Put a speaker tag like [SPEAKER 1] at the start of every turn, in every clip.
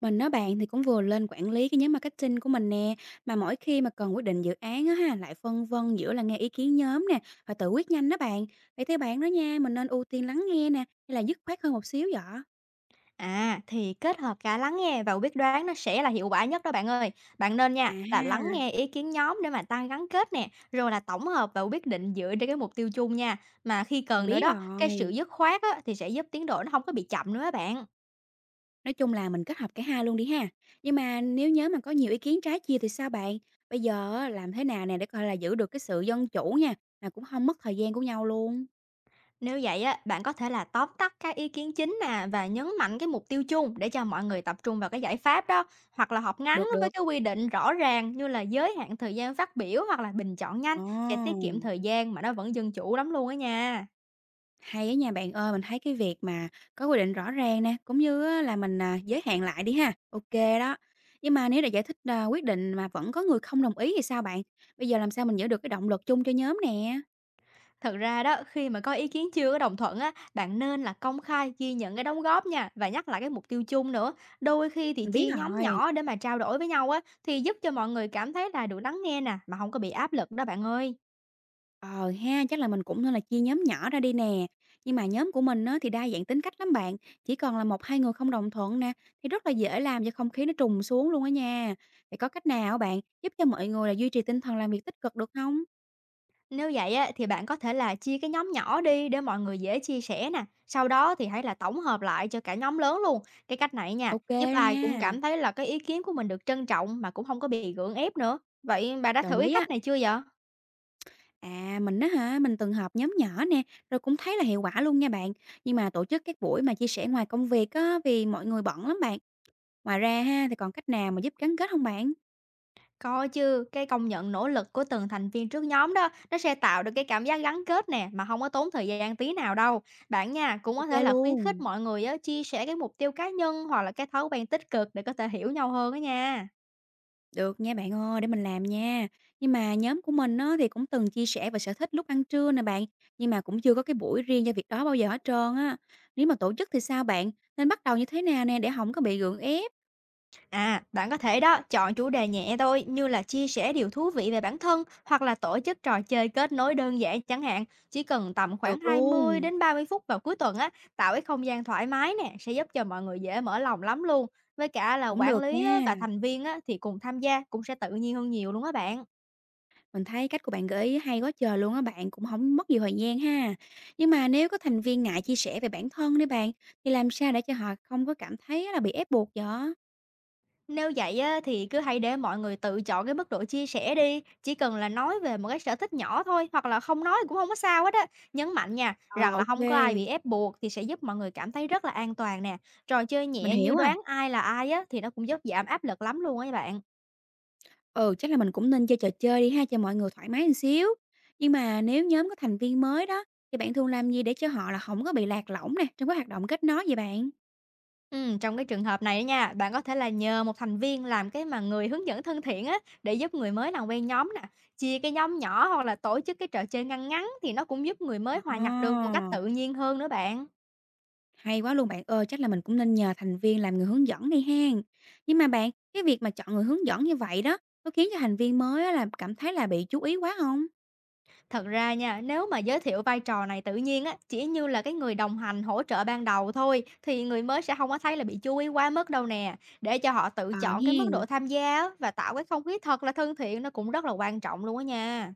[SPEAKER 1] Mình nói bạn thì cũng vừa lên quản lý cái nhóm marketing của mình nè, mà mỗi khi mà cần quyết định dự án á ha, lại phân vân giữa là nghe ý kiến nhóm nè, và tự quyết nhanh đó bạn. Vậy theo bạn đó nha, mình nên ưu tiên lắng nghe nè, hay là dứt khoát hơn một xíu vậy?
[SPEAKER 2] À, thì kết hợp cả lắng nghe và quyết đoán nó sẽ là hiệu quả nhất đó bạn ơi. Bạn nên
[SPEAKER 1] À
[SPEAKER 2] nha, là lắng
[SPEAKER 1] ha,
[SPEAKER 2] nghe ý kiến nhóm để mà tăng gắn kết nè, rồi là tổng hợp và quyết định dựa trên cái mục tiêu chung nha. Mà khi
[SPEAKER 1] mình
[SPEAKER 2] cần nữa
[SPEAKER 1] biết
[SPEAKER 2] đó, cái sự
[SPEAKER 1] rồi.
[SPEAKER 2] dứt khoát á, thì sẽ giúp tiến độ nó không có bị chậm nữa á bạn.
[SPEAKER 1] Nói chung là mình kết hợp cả hai luôn đi ha. Nhưng mà nếu nhóm mà có nhiều ý kiến trái chia thì sao bạn? Bây giờ á, làm thế nào nè để coi là giữ được cái sự dân chủ nha, mà cũng không mất thời gian của nhau luôn.
[SPEAKER 2] Nếu vậy á, bạn có thể là tóm tắt các ý kiến chính nè và nhấn mạnh cái mục tiêu chung để cho mọi người tập trung vào cái giải pháp đó. Hoặc là họp ngắn
[SPEAKER 1] Được
[SPEAKER 2] với
[SPEAKER 1] được.
[SPEAKER 2] cái quy định rõ ràng như là giới hạn thời gian phát biểu hoặc là bình chọn nhanh
[SPEAKER 1] Ồ.
[SPEAKER 2] sẽ tiết kiệm thời gian mà nó vẫn dân chủ lắm luôn á nha.
[SPEAKER 1] Hay á nha bạn ơi, mình thấy cái việc mà có quy định rõ ràng nè, cũng như á là mình, giới hạn lại đi ha, ok đó. Nhưng mà nếu đã giải thích, quyết định mà vẫn có người không đồng ý thì sao bạn? Bây giờ làm sao mình giữ được cái động lực chung cho nhóm nè?
[SPEAKER 2] Thật ra đó, khi mà có ý kiến chưa có đồng thuận á, bạn nên là công khai ghi nhận cái đóng góp nha và nhắc lại cái mục tiêu chung nữa. Đôi khi thì
[SPEAKER 1] Mình biết
[SPEAKER 2] chia nhóm
[SPEAKER 1] rồi,
[SPEAKER 2] nhỏ để mà trao đổi với nhau á thì giúp cho mọi người cảm thấy là được lắng nghe nè mà không có bị áp lực đó bạn ơi.
[SPEAKER 1] ờ ha, chắc là mình cũng nên là chia nhóm nhỏ ra đi nè. Nhưng mà nhóm của mình á thì đa dạng tính cách lắm bạn, chỉ còn là một 2 người không đồng thuận nè, thì rất là dễ làm cho không khí nó trùng xuống luôn á nha. Vậy có cách nào á bạn, giúp cho mọi người là duy trì tinh thần làm việc tích cực được không?
[SPEAKER 2] Nếu vậy á thì bạn có thể là chia cái nhóm nhỏ đi để mọi người dễ chia sẻ nè. Sau đó thì hãy là tổng hợp lại cho cả nhóm lớn luôn. Cái cách này nha,
[SPEAKER 1] Ok
[SPEAKER 2] giúp ai cũng
[SPEAKER 1] nha,
[SPEAKER 2] cảm thấy là cái ý kiến của mình được trân trọng mà cũng không có bị gượng ép nữa. Vậy bà đã thử
[SPEAKER 1] đồng
[SPEAKER 2] cái
[SPEAKER 1] ý á.
[SPEAKER 2] cách này chưa vậy?
[SPEAKER 1] À, mình đó hả, mình từng họp nhóm nhỏ nè, rồi cũng thấy là hiệu quả luôn nha bạn. Nhưng mà tổ chức các buổi mà chia sẻ ngoài công việc á, vì mọi người bận lắm bạn. Ngoài ra ha, thì còn cách nào mà giúp gắn kết không bạn?
[SPEAKER 2] Có chứ, cái công nhận nỗ lực của từng thành viên trước nhóm đó, nó sẽ tạo được cái cảm giác gắn kết nè, mà không có tốn thời gian tí nào đâu. Bạn nha, cũng có
[SPEAKER 1] Ok
[SPEAKER 2] thể là khuyến khích
[SPEAKER 1] luôn.
[SPEAKER 2] mọi người á, chia sẻ cái mục tiêu cá nhân hoặc là cái thói quen tích cực để có thể hiểu nhau hơn á nha.
[SPEAKER 1] Được nha bạn ơi, để mình làm nha. Nhưng mà nhóm của mình á, thì cũng từng chia sẻ về sở thích lúc ăn trưa nè bạn. Nhưng mà cũng chưa có cái buổi riêng cho việc đó bao giờ hết trơn á. Nếu mà tổ chức thì sao bạn? Nên bắt đầu như thế nào nè để không có bị gượng ép?
[SPEAKER 2] À, bạn có thể đó, chọn chủ đề nhẹ thôi như là chia sẻ điều thú vị về bản thân hoặc là tổ chức trò chơi kết nối đơn giản chẳng hạn, chỉ cần tầm khoảng
[SPEAKER 1] Được
[SPEAKER 2] 20
[SPEAKER 1] luôn.
[SPEAKER 2] đến 30 phút vào cuối tuần á, tạo cái không gian thoải mái nè sẽ giúp cho mọi người dễ mở lòng lắm luôn. Với cả là
[SPEAKER 1] Cũng
[SPEAKER 2] quản
[SPEAKER 1] được
[SPEAKER 2] lý á, và
[SPEAKER 1] nha.
[SPEAKER 2] thành viên á, thì cùng tham gia cũng sẽ tự nhiên hơn nhiều luôn á bạn.
[SPEAKER 1] Mình thấy cách của bạn gợi ý hay quá trời luôn á bạn, cũng không mất nhiều thời gian ha. Nhưng mà nếu có thành viên ngại chia sẻ về bản thân đấy bạn, thì làm sao để cho họ không có cảm thấy là bị ép buộc vậy?
[SPEAKER 2] Nếu vậy á, thì cứ hãy để mọi người tự chọn cái mức độ chia sẻ đi, chỉ cần là nói về một cái sở thích nhỏ thôi hoặc là không nói cũng không có sao hết á. Nhấn mạnh nha,
[SPEAKER 1] Ờ,
[SPEAKER 2] rằng là
[SPEAKER 1] ok.
[SPEAKER 2] không có ai bị ép buộc thì sẽ giúp mọi người cảm thấy rất là an toàn nè. Trò chơi
[SPEAKER 1] Mình
[SPEAKER 2] nhẹ như
[SPEAKER 1] hiểu rồi.
[SPEAKER 2] đoán ai là ai á thì nó cũng giúp giảm áp lực lắm luôn á các bạn.
[SPEAKER 1] Ừ, chắc là mình cũng nên chơi trò chơi đi ha, cho mọi người thoải mái một xíu. Nhưng mà nếu nhóm có thành viên mới đó, thì bạn thường làm gì để cho họ là không có bị lạc lõng nè, trong cái hoạt động kết nối vậy bạn?
[SPEAKER 2] Trong cái trường hợp này á nha, bạn có thể là nhờ một thành viên làm cái mà người hướng dẫn thân thiện á để giúp người mới làm quen nhóm nè, chia cái nhóm nhỏ hoặc là tổ chức cái trò chơi ngăn ngắn thì nó cũng giúp người mới hòa nhập được một cách
[SPEAKER 1] À!
[SPEAKER 2] tự nhiên hơn nữa bạn.
[SPEAKER 1] Hay quá luôn bạn ơi, chắc là mình cũng nên nhờ thành viên làm người hướng dẫn đi hen. Nhưng mà bạn, cái việc mà chọn người hướng dẫn như vậy đó, có khiến cho thành viên mới á là cảm thấy là bị chú ý quá không?
[SPEAKER 2] Thật ra nha, nếu mà giới thiệu vai trò này tự nhiên á, chỉ như là cái người đồng hành hỗ trợ ban đầu thôi, thì người mới sẽ không có thấy là bị chú ý quá mức đâu nè. Để cho họ tự
[SPEAKER 1] Ờ
[SPEAKER 2] chọn cái mức
[SPEAKER 1] hen,
[SPEAKER 2] độ tham gia á, và tạo cái không khí thật là thân thiện nó cũng rất là quan trọng luôn á nha.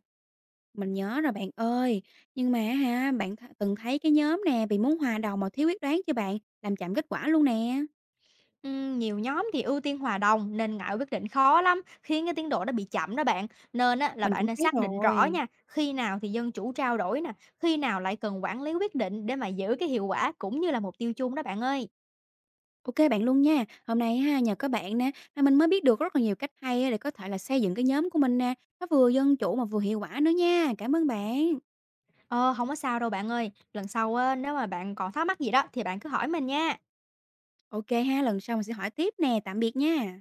[SPEAKER 1] mình nhớ rồi bạn ơi. Nhưng mà ha, bạn từng thấy cái nhóm nè bị muốn hòa đồng mà thiếu quyết đoán chưa bạn, làm chậm kết quả luôn nè.
[SPEAKER 2] Nhiều nhóm thì ưu tiên hòa đồng nên ngại quyết định khó lắm, khiến cái tiến độ nó bị chậm đó bạn. Nên á, là
[SPEAKER 1] Mình
[SPEAKER 2] bạn
[SPEAKER 1] cũng
[SPEAKER 2] nên
[SPEAKER 1] thấy
[SPEAKER 2] xác định rõ
[SPEAKER 1] rồi.
[SPEAKER 2] nha, khi nào thì dân chủ trao đổi nè, khi nào lại cần quản lý quyết định để mà giữ cái hiệu quả cũng như là mục tiêu chung đó bạn ơi.
[SPEAKER 1] Ok bạn luôn nha. Hôm nay ha nhờ các bạn nè, mà mình mới biết được rất là nhiều cách hay á để có thể là xây dựng cái nhóm của mình nè, nó vừa dân chủ mà vừa hiệu quả nữa nha. Cảm ơn bạn.
[SPEAKER 2] Ờ, hông có sao đâu bạn ơi. Lần sau á, nếu mà bạn còn thắc mắc gì đó thì bạn cứ hỏi mình nha.
[SPEAKER 1] OK ha, lần sau mình sẽ hỏi tiếp nè. Tạm biệt nha.